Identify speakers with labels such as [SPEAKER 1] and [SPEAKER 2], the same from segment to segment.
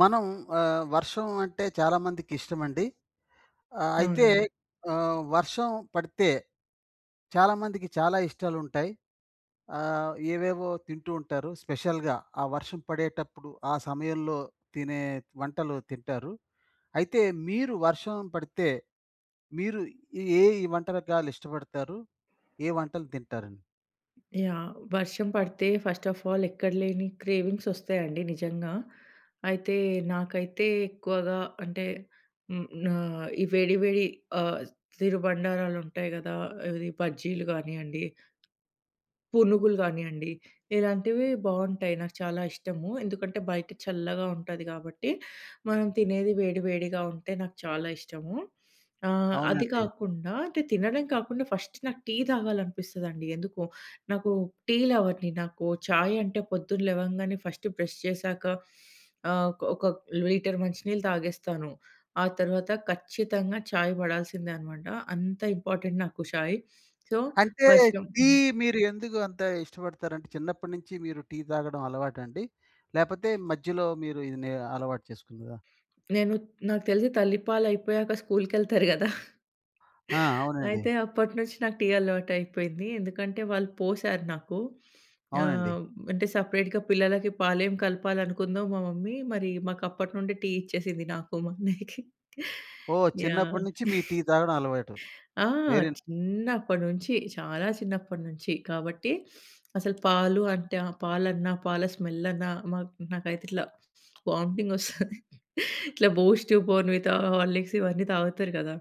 [SPEAKER 1] మనం వర్షం అంటే చాలామందికి ఇష్టమండి. అయితే
[SPEAKER 2] అవునండి.
[SPEAKER 1] వర్షం పడితే చాలామందికి చాలా ఇష్టాలుంటాయి. ఏవేవో తింటూ ఉంటారు. స్పెషల్‌గా ఆ వర్షం పడేటప్పుడు ఆ సమయంలో తినే వంటలు తింటారు. అయితే మీరు వర్షం పడితే మీరు ఈ వంటకాలు ఇష్టపడతారు? ఏ వంటలు తింటారండి?
[SPEAKER 2] యాహ్! వర్షం పడితే ఫస్ట్ ఆఫ్ ఆల్ ఎక్కడ లేని క్రేవింగ్స్ వస్తాయండి నిజంగా. అయితే నాకైతే ఎక్కువగా అంటే హ్మ్. నా ఈ వేడి వేడి ఆహ్, తినుబండారాలుంటాయి గదా! ఇది బజ్జీలు గానియండి పునుగులు గానియండి, ఇలాంటివి బావుంటాయి. నాకు చాలా ఇష్టము. ఎందుకంటే బయట చల్లగా ఉంటది గాబట్టి, మనం తినేది వేడి వేడిగా ఉంటే నాకు చాలా ఇష్టము. అది
[SPEAKER 1] అవునండి.
[SPEAKER 2] కాకుండా అంటే తినడం కాకుండా ఫస్ట్ నాకు టీ తాగాలనిపిస్తదండి. ఎందుకో నాకు టీ లవర్‌ని. నాకు చాయ్ అంటే పొద్దున లెవంగానే ఫస్ట్ బ్రష్ చేశాక ఒక ఒక లీటర్ మంచినీళ్ళు తాగేస్తాను. ఆ తర్వాత ఖచ్చితంగా చాయ్ పడాల్సిందే అనమాట. అంత ఇంపార్టెంట్ నాకు చాయ్. సో,
[SPEAKER 1] అంటే
[SPEAKER 2] వర్షం
[SPEAKER 1] టీ మీరు ఎందుకు అంత ఇష్టపడతారంటే, చిన్నప్పటి నుంచి మీరు టీ తాగడం అలవాటండి? లేపోతే మధ్యలో మీరు ఇది నే అలవాటు చేసుకున్నారా?
[SPEAKER 2] నేను నాకు తెలిసి తల్లిపాలయిపోయాక స్కూల్‌కెళ్తారు గదా!
[SPEAKER 1] ఆ, అవునండి.
[SPEAKER 2] అయితే అప్పటి నుంచి నాకు టీ అలవాటయిపోయింది. ఎందుకంటే వాళ్ళు పోశారు నాకు.
[SPEAKER 1] అవునండి.
[SPEAKER 2] ఆహ్, అంటే సెపరేట్‌గా పిల్లలకి పాలేం కలపాలనుకుందో మా మమ్మీ, మరి మాకప్పటి నుండి టీ ఇచ్చేసింది నాకు, మా అన్నయ్యకి.
[SPEAKER 1] ఓహ్, చిన్నప్పటి
[SPEAKER 2] యాహ్!
[SPEAKER 1] నుంచి మీ టీ తాగడం అలవాటు.
[SPEAKER 2] ఆ!
[SPEAKER 1] వెరీ న-
[SPEAKER 2] చిన్నప్పటి నుంచి, చాలా చిన్నప్పటి నుంచి. కాబట్టి, అసలు పాలు అంటే ఆ పాలన్నా, పాల స్మెల్లన్నా మాకు నాకైతే ఇట్లా వామిటింగ్ ఒస్తది. ఇట్లా బూస్ట్, బోర్న్‌విటా, హార్లిక్స్ ఇవన్నీ తాగుతారు కదా!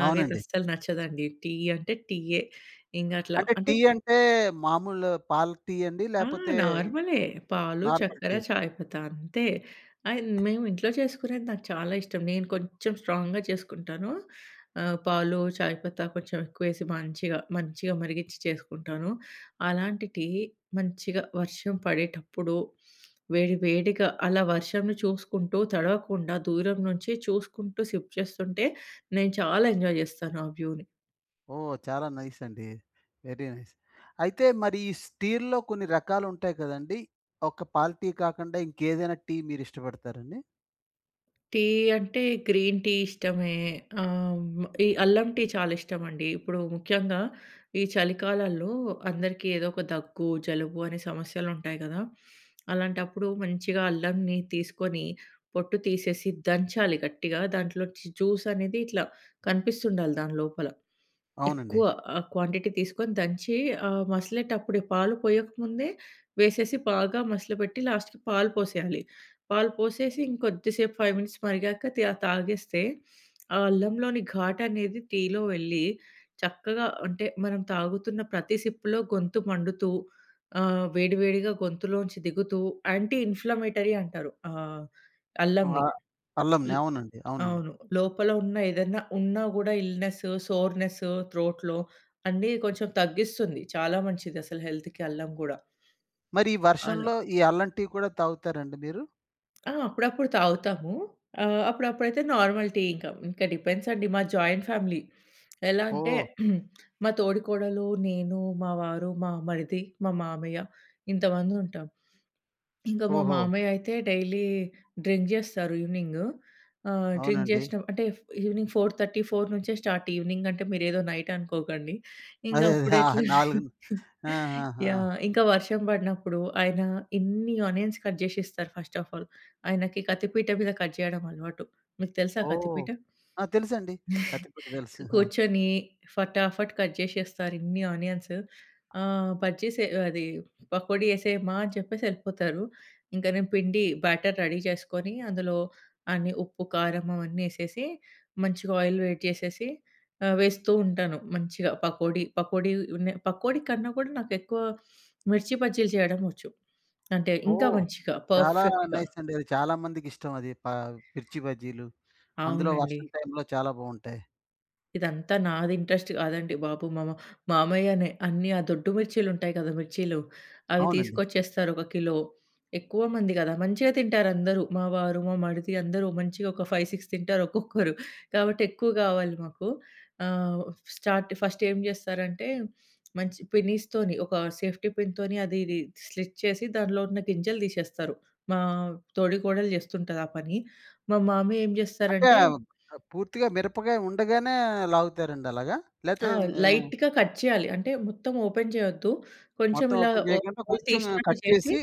[SPEAKER 2] నాకైతే
[SPEAKER 1] అవునండి.
[SPEAKER 2] అస్సలు నచ్చదండి. టీ అంటే టీయే. ఇంగట్లా
[SPEAKER 1] అంటే
[SPEAKER 2] అంటే
[SPEAKER 1] టీ అంటే మామూలు పాల టీ అండి?
[SPEAKER 2] ఆ!
[SPEAKER 1] లేపోతే
[SPEAKER 2] నార్మలే. పాలు,
[SPEAKER 1] నార్మల్
[SPEAKER 2] చక్కెర,
[SPEAKER 1] టీ?
[SPEAKER 2] చాయ్ పత్తా అంతే. అండ్ మేము ఇంట్లో చేసుకునేది నాకు చాలా ఇష్టం. నేను కొంచెం స్ట్రాంగ్‌గా చేసుకుంటాను. పాలు, చాయ్ పత్తా కొంచెం ఎక్కువేసి మంచిగా, మంచిగా మరిగిచ్చి చేసుకుంటాను. అలాంటి టీ మంచిగా వర్షం పడేటప్పుడు వేడి వేడిగా అలా వర్షంని చూసుకుంటూ, తడవకుండా దూరం నుంచి చూసుకుంటూ సిప్ చేస్తుంటే నేను చాలా ఎంజాయ్ చేస్తాను ఆ వ్యూని.
[SPEAKER 1] ఓహ్, చాలా నైస్ అండి. Very nice. అయితే మరి ఈ టీల్లో కొన్ని రకాలుంటాయి కదండీ! ఒక పాల టీ కాకుండా ఇంకేదైనా టీ మీరిష్టపడతారండి?
[SPEAKER 2] టీ అంటే గ్రీన్ టీ ఇష్టమే. ఈ అల్లం టీ చాలా ఇష్టమండి. ఇప్పుడు ముఖ్యంగా ఈ చలికాలాల్లో అందరికీ ఏదో ఒక దగ్గు, జలుబు అనే సమస్యలుంటాయి గదా! అలాంటప్పుడు మంచిగా అల్లంని తీసుకొని పొట్టు తీసేసి దంచాలి గట్టిగా. దాంట్లో జ్యూస్ అనేది ఇట్లా కనిపిస్తుండాలి దాని లోపల.
[SPEAKER 1] అవునండి.
[SPEAKER 2] ఎక్కువ క్వాంటిటీ తీసుకొని దంచి మసలేటప్పుడే పాలు పోయక ముందే వేసేసి బాగా మసలబెట్టి లాస్ట్‌కి పాలు పోసేయాలి. పాలు పోసేసి ఇంకొద్దిసేపు 5 మినిట్స్ మరిగాక తాగేస్తే, ఆ అల్లంలోని ఘాటనేది టీలో వెళ్ళి చక్కగా అంటే మనం తాగుతున్న ప్రతి సిప్‌లో గొంతు మండుతూ, వేడి వేడిగా గొంతులోంచి దిగుతూ యాంటీ ఇన్‌ఫ్లమేటరీ అంటారు.
[SPEAKER 1] ఆ,
[SPEAKER 2] అల్లంని.
[SPEAKER 1] అల్లంని.
[SPEAKER 2] ల్
[SPEAKER 1] అవునండి. అవునండి.
[SPEAKER 2] అవును. లోపల ఉన్న ఏదన్నా ఉన్నా గూడా ఇల్‌నెస్, సోర్‌నెస్ త్రోట్‌లో అన్నీ కొంచెం తగ్గిస్తుంది. చాలా మంచిదసలు హెల్త్‌కి అల్లం గూడా.
[SPEAKER 1] మరి ఈ
[SPEAKER 2] అలా.
[SPEAKER 1] వర్షంలో ఈ అల్లం టీ కూడా తాగుతారండి మీరు?
[SPEAKER 2] ఆ! అప్పుడప్పుడు తాగుతాము. అప్పుడప్పుడైతే నార్మల్ టీ ఇంకా. ఇంకా డిపెండ్స్ అండి. మా జాయింట్ ఫ్యామిలీ. ఎలా అంటే
[SPEAKER 1] ఓహ్!
[SPEAKER 2] మా తోడికోడలు, నేను, మా వారు, మా మరిది, మా మామయ్య ఇంతమందుంటాం. ఇంకా మా
[SPEAKER 1] ఓహో!
[SPEAKER 2] మామయ్య అయితే డైలీ డ్రింక్ జేస్తారు ఈవినింగ్. డ్రింక్
[SPEAKER 1] అవునండి.
[SPEAKER 2] జేసినం అంటే ఈవినింగ్ 4:30, 4 నుంచే స్టార్ట్. ఈవినింగ్ అంటే మీరేదో నైట్ అనుకోకండి. ఇంగ
[SPEAKER 1] అదే.
[SPEAKER 2] అప్పుడు
[SPEAKER 1] ఆ,
[SPEAKER 2] ఎట్లా
[SPEAKER 1] 4. ఆహాహా!
[SPEAKER 2] యాహ్! ఇంకా వర్షం బడినప్పుడు ఆయన ఇన్ని ఆనియన్స్ కట్ జేసి ఇస్తారు ఫస్ట్ ఆఫ్ ఆల్. ఆయనకి కత్తిపీట మీద కట్ జేయడం అలవాటు. మీకు తెలుసా
[SPEAKER 1] ఓహ్!
[SPEAKER 2] కత్తిపీట?
[SPEAKER 1] ఆ, తెలుసండి. కథిపూట తెలుసు. ఆ!
[SPEAKER 2] కూర్చొని ఫటాఫట్ కట్ జేసేస్తారు ఇన్ని ఆనియన్స్. బజ్జీసే అది పకోడీ యేసేయమ్మా అని చెప్పేసి యెళ్ళిపోతారు. ఇంక నేను పిండి బ్యాటర్ రెడీ చేసుకొని, అందులో అన్ని ఉప్పు, కారం అవన్నీ యేసేసి, మంచిగా ఆయిల్ వేడి చేసేసి వేస్తూ ఉంటాను మంచిగా పకోడీ. పకోడీ నే పకోడీ కన్నా కూడా నాకెక్కువ మిర్చి బజ్జీలు చేయడం వచ్చు. అంటే ఇంకా
[SPEAKER 1] ఓహ్,
[SPEAKER 2] మంచిగా
[SPEAKER 1] చాలా
[SPEAKER 2] పర్ఫెక్ట్‌గా.
[SPEAKER 1] నైస్ అండి. అది చాలా మందికి ఇష్టం అది. మిర్చి బజ్జీలు. అందులో
[SPEAKER 2] అవునండి.
[SPEAKER 1] వర్షం టైంలో చాలా బావుంటాయి.
[SPEAKER 2] ఇదంతా నాది ఇంట్రెస్ట్ కాదండి బాబు. మా మ మామయ్యనే అన్నీ ఆ దొడ్డు మిర్చీలుంటాయి కదా! మిర్చీలు. అవి
[SPEAKER 1] అవునండి.
[SPEAKER 2] తీసుకొచ్చేస్తారు ఒక కిలో. ఎక్కువ మంది కదా! మంచిగా తింటారందరూ. మా వారు, మా మరిది అందరూ మంచిగా ఒక 5, 6 తింటారు ఒక్కొక్కరు. కాబట్టి ఎక్కువ కావాలి మాకు. ఆహ్, స్టార్ట్ ఫస్ట్ ఏం చేస్తారంటే మంచి పినీస్‌తోని ఒక సేఫ్టీ పిన్‌తోని అది ఇది స్లిట్ చేసి దానిలో ఉన్న గింజలు తీసేస్తారు. మా తోడికోడలు చేస్తుంటది ఆ పని. మా మామయ్య ఏం
[SPEAKER 1] అంటే
[SPEAKER 2] చేస్తారంటే
[SPEAKER 1] పూర్తిగా మిరపకాయ ఉండగానే లాగుతారండి అలాగా? లేతే
[SPEAKER 2] ఆ!
[SPEAKER 1] ఆహ్,
[SPEAKER 2] లైట్‌గా కట్ చేయాలి. అంటే మొత్తం ఓపెన్ చేయొద్దు. కొంచెం
[SPEAKER 1] మొత్తం
[SPEAKER 2] ఇలా
[SPEAKER 1] ఓపెన్
[SPEAKER 2] ఓ
[SPEAKER 1] చేయకుండా
[SPEAKER 2] హోల్
[SPEAKER 1] కొంచెం
[SPEAKER 2] తీసినట్టు
[SPEAKER 1] కట్
[SPEAKER 2] చేసి
[SPEAKER 1] చేసి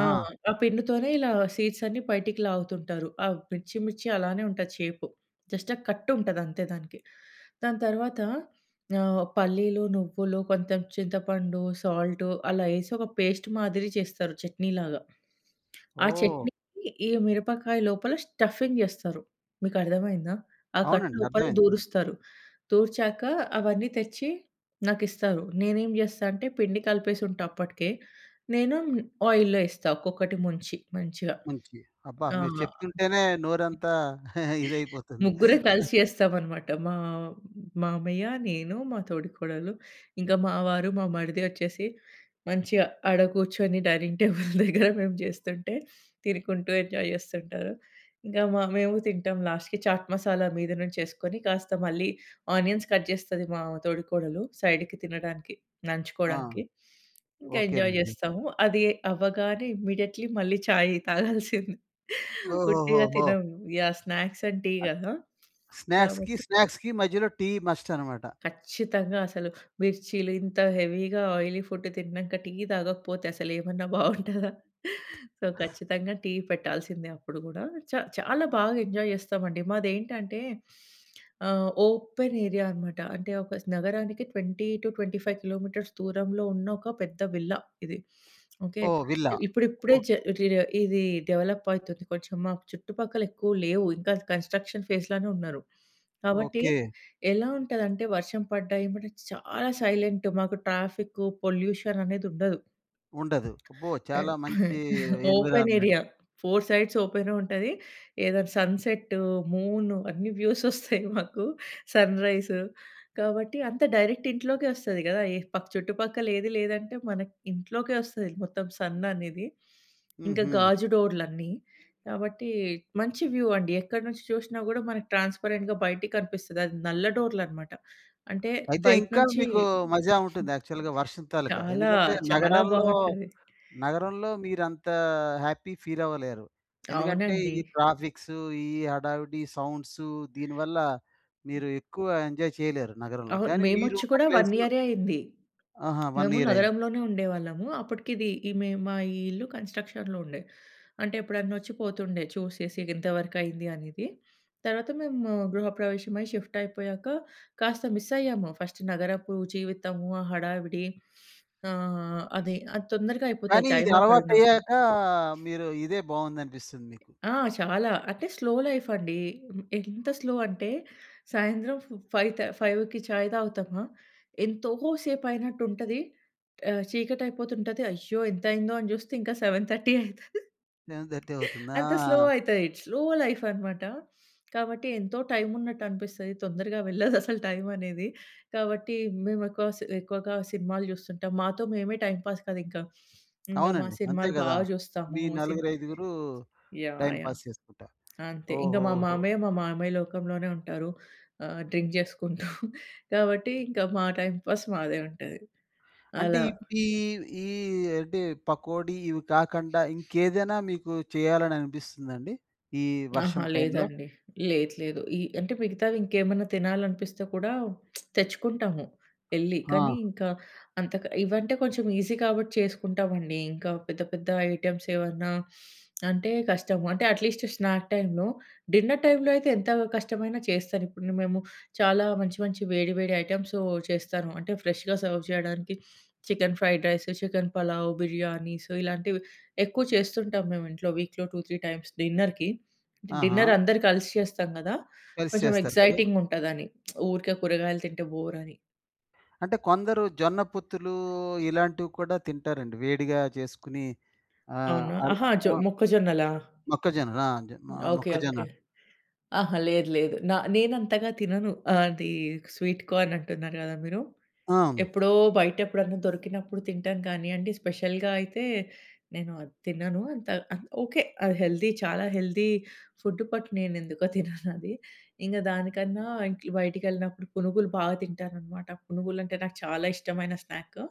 [SPEAKER 2] ఆ! ఆ పిండితోనే ఇలా సీడ్స్ అన్నీ బయటికి లాగుతుంటారు. ఆ మిర్చి మిర్చి అలానే ఉంటది షేపు. జస్ట్ ఆ కట్ ఉంటది అంతే దానికి. దాని తర్వాత పల్లీలు, నువ్వులు, కొంచెం చింతపండు, సాల్టు అలా ఏసి ఒక పేస్ట్ మాదిరి చేస్తారు చట్నీలాగా. ఆ
[SPEAKER 1] ఓహ్!
[SPEAKER 2] చట్నీకి ఈ మిరపకాయ లోపల స్టఫింగ్ జేస్తారు. మీకర్థమైందా? ఆ కట్
[SPEAKER 1] అవునండి.
[SPEAKER 2] లోపల
[SPEAKER 1] అర్థమైంది.
[SPEAKER 2] దూరుస్తారు. దూర్చాక అవన్నీ తెచ్చి నాకిస్తారు. నేనేం జేస్తా అంటే పిండి కలిపేసుంటా అప్పటికే. నేను ఆయిల్‌లో ఏస్తా ఒక్కొక్కటి ముంచి మంచిగా.
[SPEAKER 1] మంచి అబ్బా! మీరు
[SPEAKER 2] ఆ!
[SPEAKER 1] చెప్తుంటేనే నోరంతా ఇదైపోతుంది.
[SPEAKER 2] ముగ్గురం కలిసి చేస్తామనమాట. మా మామయ్య, నేను, మా తోడికోడలు, ఇంకా మా వారు, మా మరిది వచ్చేసి మంచిగా ఆడ కూర్చొని డైనింగ్ టేబుల్ దగ్గర మేము చేస్తుంటే తినుకుంటూ ఎంజాయ్ చేస్తుంటారు. ఇంకా మా మేము తింటాం. లాస్ట్‌కి చాట్ మసాలా మీద నుంచేసుకొని కాస్త మళ్ళీ ఆనియన్స్ కట్ చేస్తది మా తోడికోడలు సైడ్‌కి తినడానికి,
[SPEAKER 1] ఆ!
[SPEAKER 2] నంచుకోవడానికి. ఇంకా ఎంజాయ్
[SPEAKER 1] ఓకేనండి.
[SPEAKER 2] చేస్తాము. అది అవ్వగానే ఇమ్మీడియేట్‌లీ మళ్ళీ చాయ్ తాగాల్సిందే. ఉట్టిగా
[SPEAKER 1] ఓహోహోహో!
[SPEAKER 2] తినము. యాహ్! స్నాక్స్ అంటే
[SPEAKER 1] అది
[SPEAKER 2] కదా!
[SPEAKER 1] స్నాక్స్‌కి,
[SPEAKER 2] కాబట్టి
[SPEAKER 1] స్నాక్స్‌కి మధ్యలో టీ మస్ట్ అనమాట.
[SPEAKER 2] ఖచ్చితంగా. అసలు మిర్చీలు ఇంత హెవీగా ఆయిలీ ఫుడ్ తిన్నాక టీ తాగకపోతే అసలేమన్నా బావుంటదా? సో, ఖచ్చితంగా టీ పెట్టాల్సిందే అప్పుడు గూడా. చాలా బాగా ఎంజాయ్ జేస్తామండి. మాదేంటంటే ఓపెన్ ఏరియా అనమాట. అంటే ఒక నగరానికి 20-25 కిలోమీటర్స్ దూరంలో ఉన్న ఒక పెద్ద విల్లా ఇది. ఓకే.
[SPEAKER 1] ఓహ్, విల్లా.
[SPEAKER 2] ఇప్పుడిప్పుడే జ
[SPEAKER 1] ఓకే.
[SPEAKER 2] రి ఇది డెవలప్ అవుతుంది. కొంచెం మాకు చుట్టుపక్కల ఎక్కువ లేవు. ఇంకా కన్‌స్ట్రక్షన్ ఫేజ్‌లోనే ఉన్నారు. కాబట్టి
[SPEAKER 1] ఓకే.
[SPEAKER 2] ఎలా ఉంటదంటే వర్షం పడ్డా ఏమంటే చాలా సైలెంట్. మాకు ట్రాఫిక్కు, పొల్యూషన్ అనేదుండదు.
[SPEAKER 1] ఉండదు. అబ్బో, చాలా
[SPEAKER 2] హ్మ్.
[SPEAKER 1] మంచి
[SPEAKER 2] ఓపెన్
[SPEAKER 1] ఎన్విరాన్మెంట్.
[SPEAKER 2] ఏరియా. 4 సైడ్స్ ఓపెనే ఉంటది. ఏదైనా సన్‌సెట్, మూన్ అన్ని వ్యూస్ ఒస్తాయి మాకు. సన్‌రైజ్. కాబట్టి అంతా డైరెక్ట్ ఇంట్లోకే ఒస్తది గదా! ఏ పక్ చుట్టుపక్కల ఏది లేదంటే మనకి ఇంట్లోకే ఒస్తది మొత్తం సన్ అనేది. ఇంకా
[SPEAKER 1] హుహు.
[SPEAKER 2] గాజు డోర్‌లన్నీ. కాబట్టి మంచి వ్యూ అండి. ఎక్కడి నుంచి చూసినా గూడా మనకి ట్రాన్స్‌పరెంట్‌గా బయటికి కనిపిస్తది. అది నల్ల డోర్‌లనమాట. అంటే
[SPEAKER 1] అయితే
[SPEAKER 2] బయట
[SPEAKER 1] ఇంకా
[SPEAKER 2] నుంచి
[SPEAKER 1] మీకు మజా ఉంటుంది యాక్చువల్‌గా వర్షం తాలూకా.
[SPEAKER 2] చాలా
[SPEAKER 1] ఎందుకంటే
[SPEAKER 2] చాలా
[SPEAKER 1] నగరాల్లో
[SPEAKER 2] బావుంటది.
[SPEAKER 1] నగరంలో మీరంత హ్యాపీ ఫీల్ అవ్వలేరు. ఎందుకంటే
[SPEAKER 2] అవునండి.
[SPEAKER 1] ఈ ట్రాఫిక్సు, ఈ హడావిడి సౌండ్సు దీనివల్ల మీరు ఎక్కువ ఎంజాయ్ చేయలేరు నగరంలో.
[SPEAKER 2] అవును.
[SPEAKER 1] కానీ
[SPEAKER 2] మేమొచ్చి
[SPEAKER 1] మీరున్న
[SPEAKER 2] కూడా 1
[SPEAKER 1] ప్లేస్‌లో
[SPEAKER 2] ఇయరే అయింది.
[SPEAKER 1] ఆహా, 1
[SPEAKER 2] మేము
[SPEAKER 1] ఇయర్ అయింది.
[SPEAKER 2] నగరంలోనే ఉండేవాళ్ళము. అప్పటికిది ఈ మే మా ఈ ఇల్లు కన్‌స్ట్రక్షన్‌లో ఉండే. అంటే ఎప్పుడన్నొచ్చి పోతుండే చూసేసి ఇంతవరకయింది అనేది. తర్వాత మేము గృహప్రవేశమై షిఫ్ట్ అయిపోయాక కాస్త మిస్ అయ్యాము. ఫస్ట్ నగరపు జీవితము, ఆ హడావిడి అది అది తొందరగా అయిపోతది
[SPEAKER 1] కానీ ఇది
[SPEAKER 2] టైం అక్కడున్నప్పుడు.
[SPEAKER 1] అలవాటయ్యాక మీరు ఇదే బావుందనిపిస్తుంది మీకు.
[SPEAKER 2] ఆ! చాలా. అంటే స్లో లైఫ్ అండి. హ్మ్. ఎంత స్లో అంటే సాయంత్రం ఫ్ ఫైవ్ థ 5కి చాయ్ తాగుతామా, ఎంతో సేపయినట్టుంటది. చీకటయిపోతుంటది. అయ్యో! ఎంతయిందో అని చూస్తే ఇంకా 7:30 అయితది.
[SPEAKER 1] సెవెన్ థర్టీ అవుతుందా?
[SPEAKER 2] అంత స్లో అయితది. స్లో లైఫ్ అనమాట. కాబట్టి ఎంతో టైమున్నట్టనిపిస్తది. తొందరగా వెళ్ళదసలు టైమనేది. కాబట్టి మేము ఎక్కువగా సినిమాలు చూస్తుంటాం. మాతో మేమే టైమ్ పాస్ కాదింకా. ఇంగ మా
[SPEAKER 1] అవునండి. అంతే
[SPEAKER 2] సినిమాలు
[SPEAKER 1] గదా!
[SPEAKER 2] బాగా చూస్తాము.
[SPEAKER 1] మీ నలుగురు, ఐదుగురు
[SPEAKER 2] యాహ్!
[SPEAKER 1] Time
[SPEAKER 2] yeah!
[SPEAKER 1] పాస్ చేసుకుంటారు.
[SPEAKER 2] అంతే.
[SPEAKER 1] ఓహోహో!
[SPEAKER 2] మా మామయ్య లోకంలోనే ఉంటారు. డ్రింక్ జేసుకుంటూ. కాబట్టి, ఇంక మా టైమ్ పాస్ మాదే ఉంటది.
[SPEAKER 1] అంటే
[SPEAKER 2] అలా.
[SPEAKER 1] ఇప్పుడు ఈ ఈ అంటే పకోడీ ఇవి కాకుండా ఇంకేదైనా మీకు చేయాలని అనిపిస్తుందండి? ఈ వర్షం
[SPEAKER 2] ఆహా!
[SPEAKER 1] టైంలో?
[SPEAKER 2] లేదండి. లేదు. లేదు. ఈ అంటే మిగతావి ఇంకేమన్నా తినాలనిపిస్తే కూడా తెచ్చుకుంటాము ఎళ్లి.
[SPEAKER 1] ఆ!
[SPEAKER 2] కానీ ఇంకా అంతగా ఇవంటే కొంచెం ఈజీ కాబట్టి చేసుకుంటామండి. ఇంకా పెద్ద పెద్ద ఐటెమ్స్ ఏమన్నా అంటే కష్టము. అంటే అట్‌లీస్ట్ స్నాక్ టైమ్‌లో, డిన్నర్ టైమ్‌లో అయితే ఎంత కష్టమైనా చేస్తాను. ఇప్పుడు మేము చాలా మంచి మంచి వేడి వేడి ఐటెమ్స్ చేస్తాను. అంటే ఫ్రెష్‌గా సర్వ్ చేయడానికి chicken fried rice, chicken pulao, biryanis ఇలాంటివి ఎక్కువ చేస్తుంటాం మేము ఇంట్లో వీక్‌లో 2, 3 టైమ్స్ డిన్నర్‌కి.
[SPEAKER 1] ఆహా!
[SPEAKER 2] డిన్నర్ అందరు కలిసి చేస్తాం గదా!
[SPEAKER 1] కలిసి
[SPEAKER 2] కొంచెం
[SPEAKER 1] చేస్తారు కదా!
[SPEAKER 2] ఎక్సైటింగుంటదని. ఊరికే కూరగాయలు తింటే బోరని.
[SPEAKER 1] అంటే కొందరు జొన్న పొత్తులు ఇలాంటివి కూడా తింటారండి. వేడిగా చేసుకొని
[SPEAKER 2] అవునా?
[SPEAKER 1] అలా
[SPEAKER 2] అహా!
[SPEAKER 1] ఆ,
[SPEAKER 2] మొక్కజొన్నలా?
[SPEAKER 1] మొక్కజొన్నలు. ఆ! జ మ
[SPEAKER 2] ఓకే.
[SPEAKER 1] మొక్కజొన్న.
[SPEAKER 2] ఓకే. ఆహా! లేదు. లేదు. నేనంతగా తినను. అది స్వీట్ కార్న్ అంటున్నారు గదా మీరు.
[SPEAKER 1] అవును.
[SPEAKER 2] ఎప్పుడో బయట ఎప్పుడన్నా దొరికినప్పుడు తింటాం కానీయండి. స్పెషల్‌గా అయితే నేను అది తినను. అంత అంత్ ఓకే. అది హెల్తీ చాలా హెల్తీ ఫుడ్ బట్ నేనెందుకో తిననది. ఇంక దానికన్నా ఇంట్ల బయటికెళ్ళినప్పుడు పునుగులు బాగా తింటాననమాట. పునుగులంటే నాకు చాలా ఇష్టమైన స్నాక్.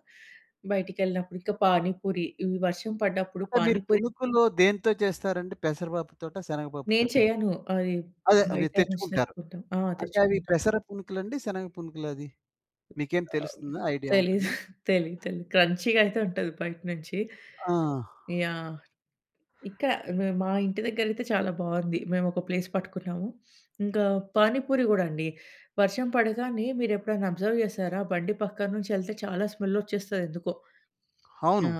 [SPEAKER 2] బయటికెళ్ళినప్పుడు ఇంకా పానీపూరి. ఇవి వర్షం పడ్డప్పుడు
[SPEAKER 1] అంటే మీరు
[SPEAKER 2] పానీపూరి
[SPEAKER 1] పుణుకులు దేనితో చేస్తారండి? పెసరపప్పుతోటా?
[SPEAKER 2] నేను
[SPEAKER 1] శనగపప్పుతోటా?
[SPEAKER 2] చేయను. అది
[SPEAKER 1] అదే మీరు
[SPEAKER 2] బయట నుంచి
[SPEAKER 1] తెచ్చుకుంటారు.
[SPEAKER 2] తెచ్చుకుంటాం. ఆ!
[SPEAKER 1] అంటే అవి
[SPEAKER 2] తెచ్చుకుంటాం.
[SPEAKER 1] పెసర పుణుకులండి? శనగ పుణుకులా అది? మీకేం
[SPEAKER 2] ఆహ్,
[SPEAKER 1] తెలుస్తుందా? ఐడియా
[SPEAKER 2] తెలీదు.
[SPEAKER 1] ఉంటుందా?
[SPEAKER 2] తెలీదు. తెలీదు. క్రంచీగా అయితే ఉంటది బయట నుంచి.
[SPEAKER 1] ఆ!
[SPEAKER 2] యాహ్! ఇక్కడ మా ఇంటి దగ్గరైతే చాలా బావుంది. మేమొక ప్లేస్ పట్టుకున్నాము. ఇంకా పానీపూరి గూడా అండి. వర్షం పడగానే మీరెప్పుడైనా అబ్జర్వ్ చేశారా? బండి పక్కన నుంచెళ్తే చాలా స్మెల్లొచ్చేస్తదెందుకో.
[SPEAKER 1] అవును.
[SPEAKER 2] ఆ!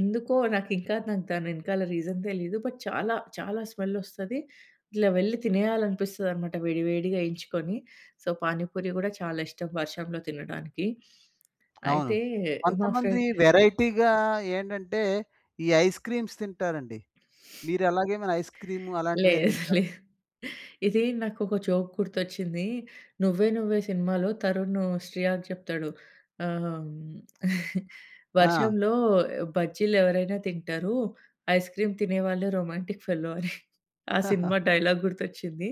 [SPEAKER 2] ఎందుకో నాకింకా నాకు దాని వెనకాల రీజన్ తెలీదు. బట్ చాలా, చాలా స్మెల్లొస్తది. ఇట్లా వెళ్ళి తినేయాలనిపిస్తదనమాట వేడి వేడిగా ఏయించుకొని. సో, పానీపూరి గూడా చాలా ఇష్టం వర్షంలో తినడానికి.
[SPEAKER 1] అవును.
[SPEAKER 2] అయితే మా ఫ్రె
[SPEAKER 1] కొంతమంది వెరైటీగా ఏంటంటే, ఈ ఐస్ క్రీమ్స్ తింటారండి. మీరలాగేమైనా ఐస్ క్రీము అలాంటివేం
[SPEAKER 2] లేదు.
[SPEAKER 1] తింటారా?
[SPEAKER 2] లేదు. ఇది నాకొక జోక్ గుర్తొచ్చింది. 'నువ్వే నువ్వే' సినిమాలో తరుణ్, శ్రీయాక్ చెప్తాడు. ఆహ్,
[SPEAKER 1] ఆ!
[SPEAKER 2] వర్షంలో బజ్జీలు ఎవరైనా తింటారు. ఐస్ క్రీమ్ తినేవాళ్ళే రొమాంటిక్ ఫెలో అని. ఆ సినిమా డైలాగ్ గుర్తొచ్చింది.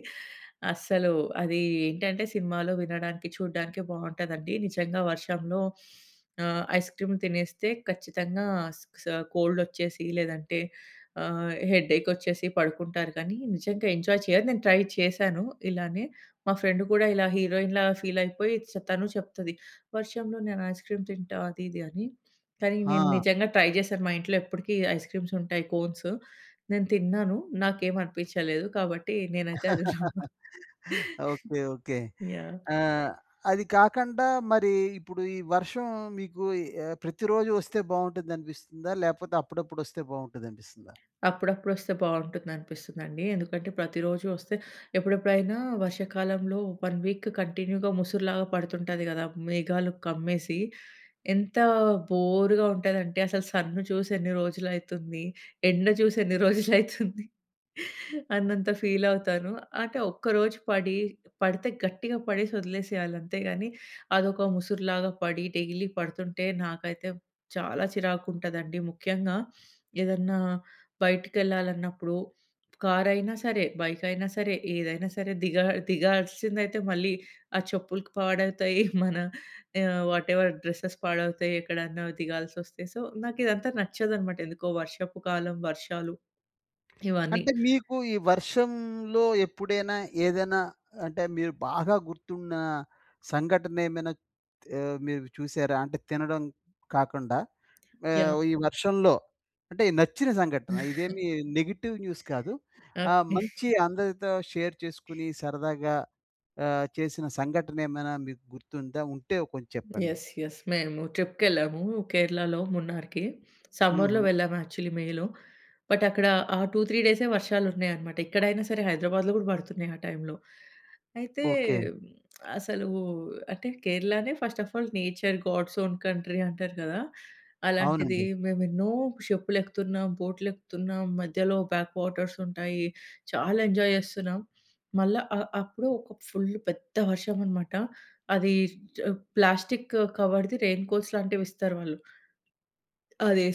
[SPEAKER 2] అస్సలు అది ఏంటంటే సినిమాలో వినడానికి, చూడడానికి బావుంటదండి. నిజంగా వర్షంలో ఐస్ క్రీమ్ తినేస్తే ఖచ్చితంగా స్ స్ కోల్డొచ్చేసి లేదంటే హెడ్‌ఏకొచ్చేసి పడుకుంటారు కానీ, నిజంగా ఎంజాయ్ చేయరు. నేను ట్రై చేశాను ఇలానే. మా ఫ్రెండ్ కూడా ఇలా హీరోయిన్‌లా ఫీలయిపోయి తను చెప్తది, "వర్షంలో నేను ఐస్ క్రీమ్ తింటా" అది ఇది అని. కానీ
[SPEAKER 1] ఆ!
[SPEAKER 2] నేను నిజంగా ట్రై చేశాను. మా ఇంట్లో ఎప్పటికీ ఐస్ క్రీమ్స్ ఉంటాయి కోన్స్. నేను తిన్నాను. నాకేం అనిపించలేదు. కాబట్టి నేనైతే అది నమ్మను.
[SPEAKER 1] ఓకే. ఓకే.
[SPEAKER 2] యాహ్!
[SPEAKER 1] ఆహ్, అది కాకుండా మరి ఇప్పుడు ఈ వర్షం మీకు ప్రతిరోజు వస్తే బావుంటుందనిపిస్తుందా? లేపోతే అప్పుడప్పుడొస్తే బావుంటదనిపిస్తుందా?
[SPEAKER 2] అప్పుడప్పుడొస్తే బావుంటుందనిపిస్తుందండి. ఎందుకంటే ప్రతిరోజు వస్తే ఎప్పుడెప్పుడైనా వర్షాకాలంలో 1 వీక్ కంటిన్యూగా ముసురులాగా పడుతుంటది గదా! మేఘాలు కమ్మేసి ఎంత బోరుగా ఉంటదంటే అసలు సన్ను చూసి ఎన్ని రోజులైతుంది? ఎండ చూసి ఎన్ని రోజులైతుంది? అన్నంత ఫీలవుతాను. అంటే ఒక్కరోజు పడి పడితే గట్టిగా పడేసి వదిలేసేయాలి అంతే గాని అదొక ముసురులాగా పడి డైలీ పడుతుంటే నాకైతే చాలా చిరాకుంటదండి. ముఖ్యంగా ఏదన్నా బయటికెళ్ళాలన్నప్పుడు కారైనా సరే, బైకయినా సరే, ఏదైనా సరే దిగా దిగాల్సిందైతే మళ్ళీ ఆ చెప్పులుకి పాడవుతాయి. మన ఆహ్, వాటెవర్ డ్రెసెస్ పాడవుతాయి ఎక్కడన్నా దిగాల్సొస్తే. సో, నాకిదంతా నచ్చదనమాట. ఎందుకో వర్షపు కాలం, వర్షాలు ఇవన్నీ.
[SPEAKER 1] అంటే మీకు ఈ వర్షంలో ఎప్పుడైనా ఏదైనా అంటే మీరు బాగా గుర్తున్న సంఘటనేమైనా మీరు చూసారా? అంటే తినడం కాకుండా
[SPEAKER 2] యాహ్!
[SPEAKER 1] ఈ వర్షంలో అంటే నచ్చిన సంఘటన. ఇదేమి నెగెటివ్ న్యూస్ కాదు.
[SPEAKER 2] ఓకే.
[SPEAKER 1] మంచి అందరితో షేర్ చేసుకుని సరదాగా చేసిన సంఘటన ఏమైనా మీకు గుర్తుందా? ఉంటే కొంచెం చెప్పండి.
[SPEAKER 2] యెస్. యెస్. మేము ట్రిప్‌కెళ్ళాము. కేరళలో మున్నార్‌కి.
[SPEAKER 1] హుహు.
[SPEAKER 2] సమ్మర్‌లో వెళ్ళాము యాక్చువల్లీ మేలో. బట్ అక్కడ ఆ 2, 3 డేసే వర్షాలున్నాయనమాట. ఇక్కడైనా సరే హైదరాబాద్‌లో గూడా పడుతున్నాయి ఆ టైంలో. అయితే
[SPEAKER 1] ఓకే.
[SPEAKER 2] మ్, అసలు అంటే కేరళనే first of all nature God's own country అంటారు గదా! అలాంటిది
[SPEAKER 1] అవునండి.
[SPEAKER 2] మేమెన్నో షిప్పులెక్కుతున్నాం, బోట్‌లెక్కుతున్నాం, మధ్యలో బ్యాక్ వాటర్స్ ఉంటాయి. చాలా ఎంజాయ్ జేస్తున్నాం. మళ్ళా అప్పుడు ఒక ఫుల్ పెద్ద వర్షమనమాట. అది ప్లాస్టిక్ కవర్‌ది రెయిన్ కోట్స్ లాంటివిస్తారు వాళ్ళు.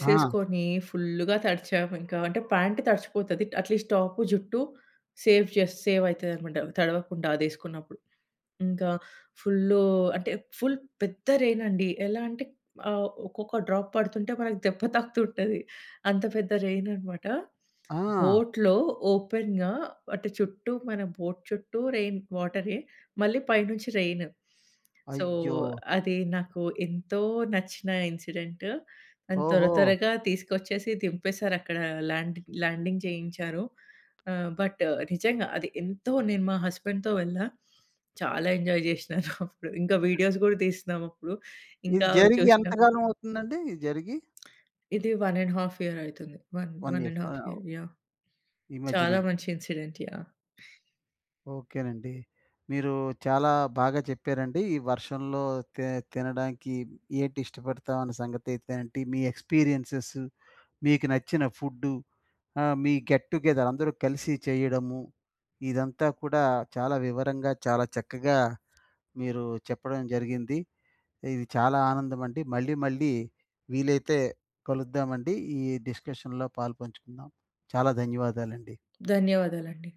[SPEAKER 1] ఆ!
[SPEAKER 2] ఫుల్‌గా తడిచామింకా. అంటే ప్యాంట్ తడిచిపోతది. అట్‌లీస్ట్ టాప్, జుట్టు సేవ్ అయితదనమాట తడవకుండా అదేసుకున్నప్పుడు. ఇంకా ఫుల్లు అంటే ఫుల్ పెద్ద రెయిన్ అండి. ఎలా అంటే ఒక్కొక్క డ్రాప్ పడుతుంటే మనకు దెబ్బ తాకుతుంటది. అంత పెద్ద రెయిన్ అనమాట.
[SPEAKER 1] ఆ!
[SPEAKER 2] బోట్‌లో ఓపెన్‌గా అంటే చుట్టూ మన బోట్ చుట్టూ రెయిన్ వాటరే. మళ్ళీ పైనుంచి రెయిన్. సో,
[SPEAKER 1] అయ్యో!
[SPEAKER 2] అది నాకు ఎంతో నచ్చిన ఇన్సిడెంట్. అండ్
[SPEAKER 1] ఓహో!
[SPEAKER 2] త్వరగా తీసుకొచ్చేసి దింపేశారక్కడ ల్యాండింగ్ చేయించారు. బట్ నిజంగా అది ఎంతో నేను మా హస్బెండ్‌తో వెళ్ళా. చాలా ఎంజాయ్ జేసినాను అప్పుడు. ఇంకా వీడియోస్ గూడా తీస్తున్నాం అప్పుడు. ఇంకా
[SPEAKER 1] ఇది
[SPEAKER 2] అవి
[SPEAKER 1] జరిగి
[SPEAKER 2] చూసినప్పుడు.
[SPEAKER 1] ఎంతకాలం అవుతుందండి? ఇది జరిగి?
[SPEAKER 2] ఇది 1 ½ ఇయర్ అయితుంది. 1,
[SPEAKER 1] 1 ఇయర్.
[SPEAKER 2] 1
[SPEAKER 1] ఆ,
[SPEAKER 2] ½ ఇయర్ యాహ్!
[SPEAKER 1] ఈ
[SPEAKER 2] చాలా
[SPEAKER 1] మధ్యనే.
[SPEAKER 2] మంచి ఇన్సిడెంట్ యాహ్!
[SPEAKER 1] ఓకేనండి. మీరు చాలా బాగా చెప్పారండి. ఈ వర్షంలో తి తినడానికి ఏంటి ఇష్టపడతాం అన్న సంగతి అయితేనేంటి, మీ ఎక్స్‌పీరియన్సెస్, మీకు నచ్చిన ఫుడ్డు, మీ గెట్ టుగెదర్ అందరూ కలిసి చేయడము, ఇదంతా కూడా చాలా వివరంగా, చాలా చక్కగా మీరు చెప్పడం జరిగింది. ఇది చాలా ఆనందమండి. మళ్ళీ, మళ్ళీ వీలైతే కలుద్దామండి. ఈ డిస్కషన్‌లో పాలుపంచుకుందాం. చాలా ధన్యవాదాలండి.
[SPEAKER 2] ధన్యవాదాలండి.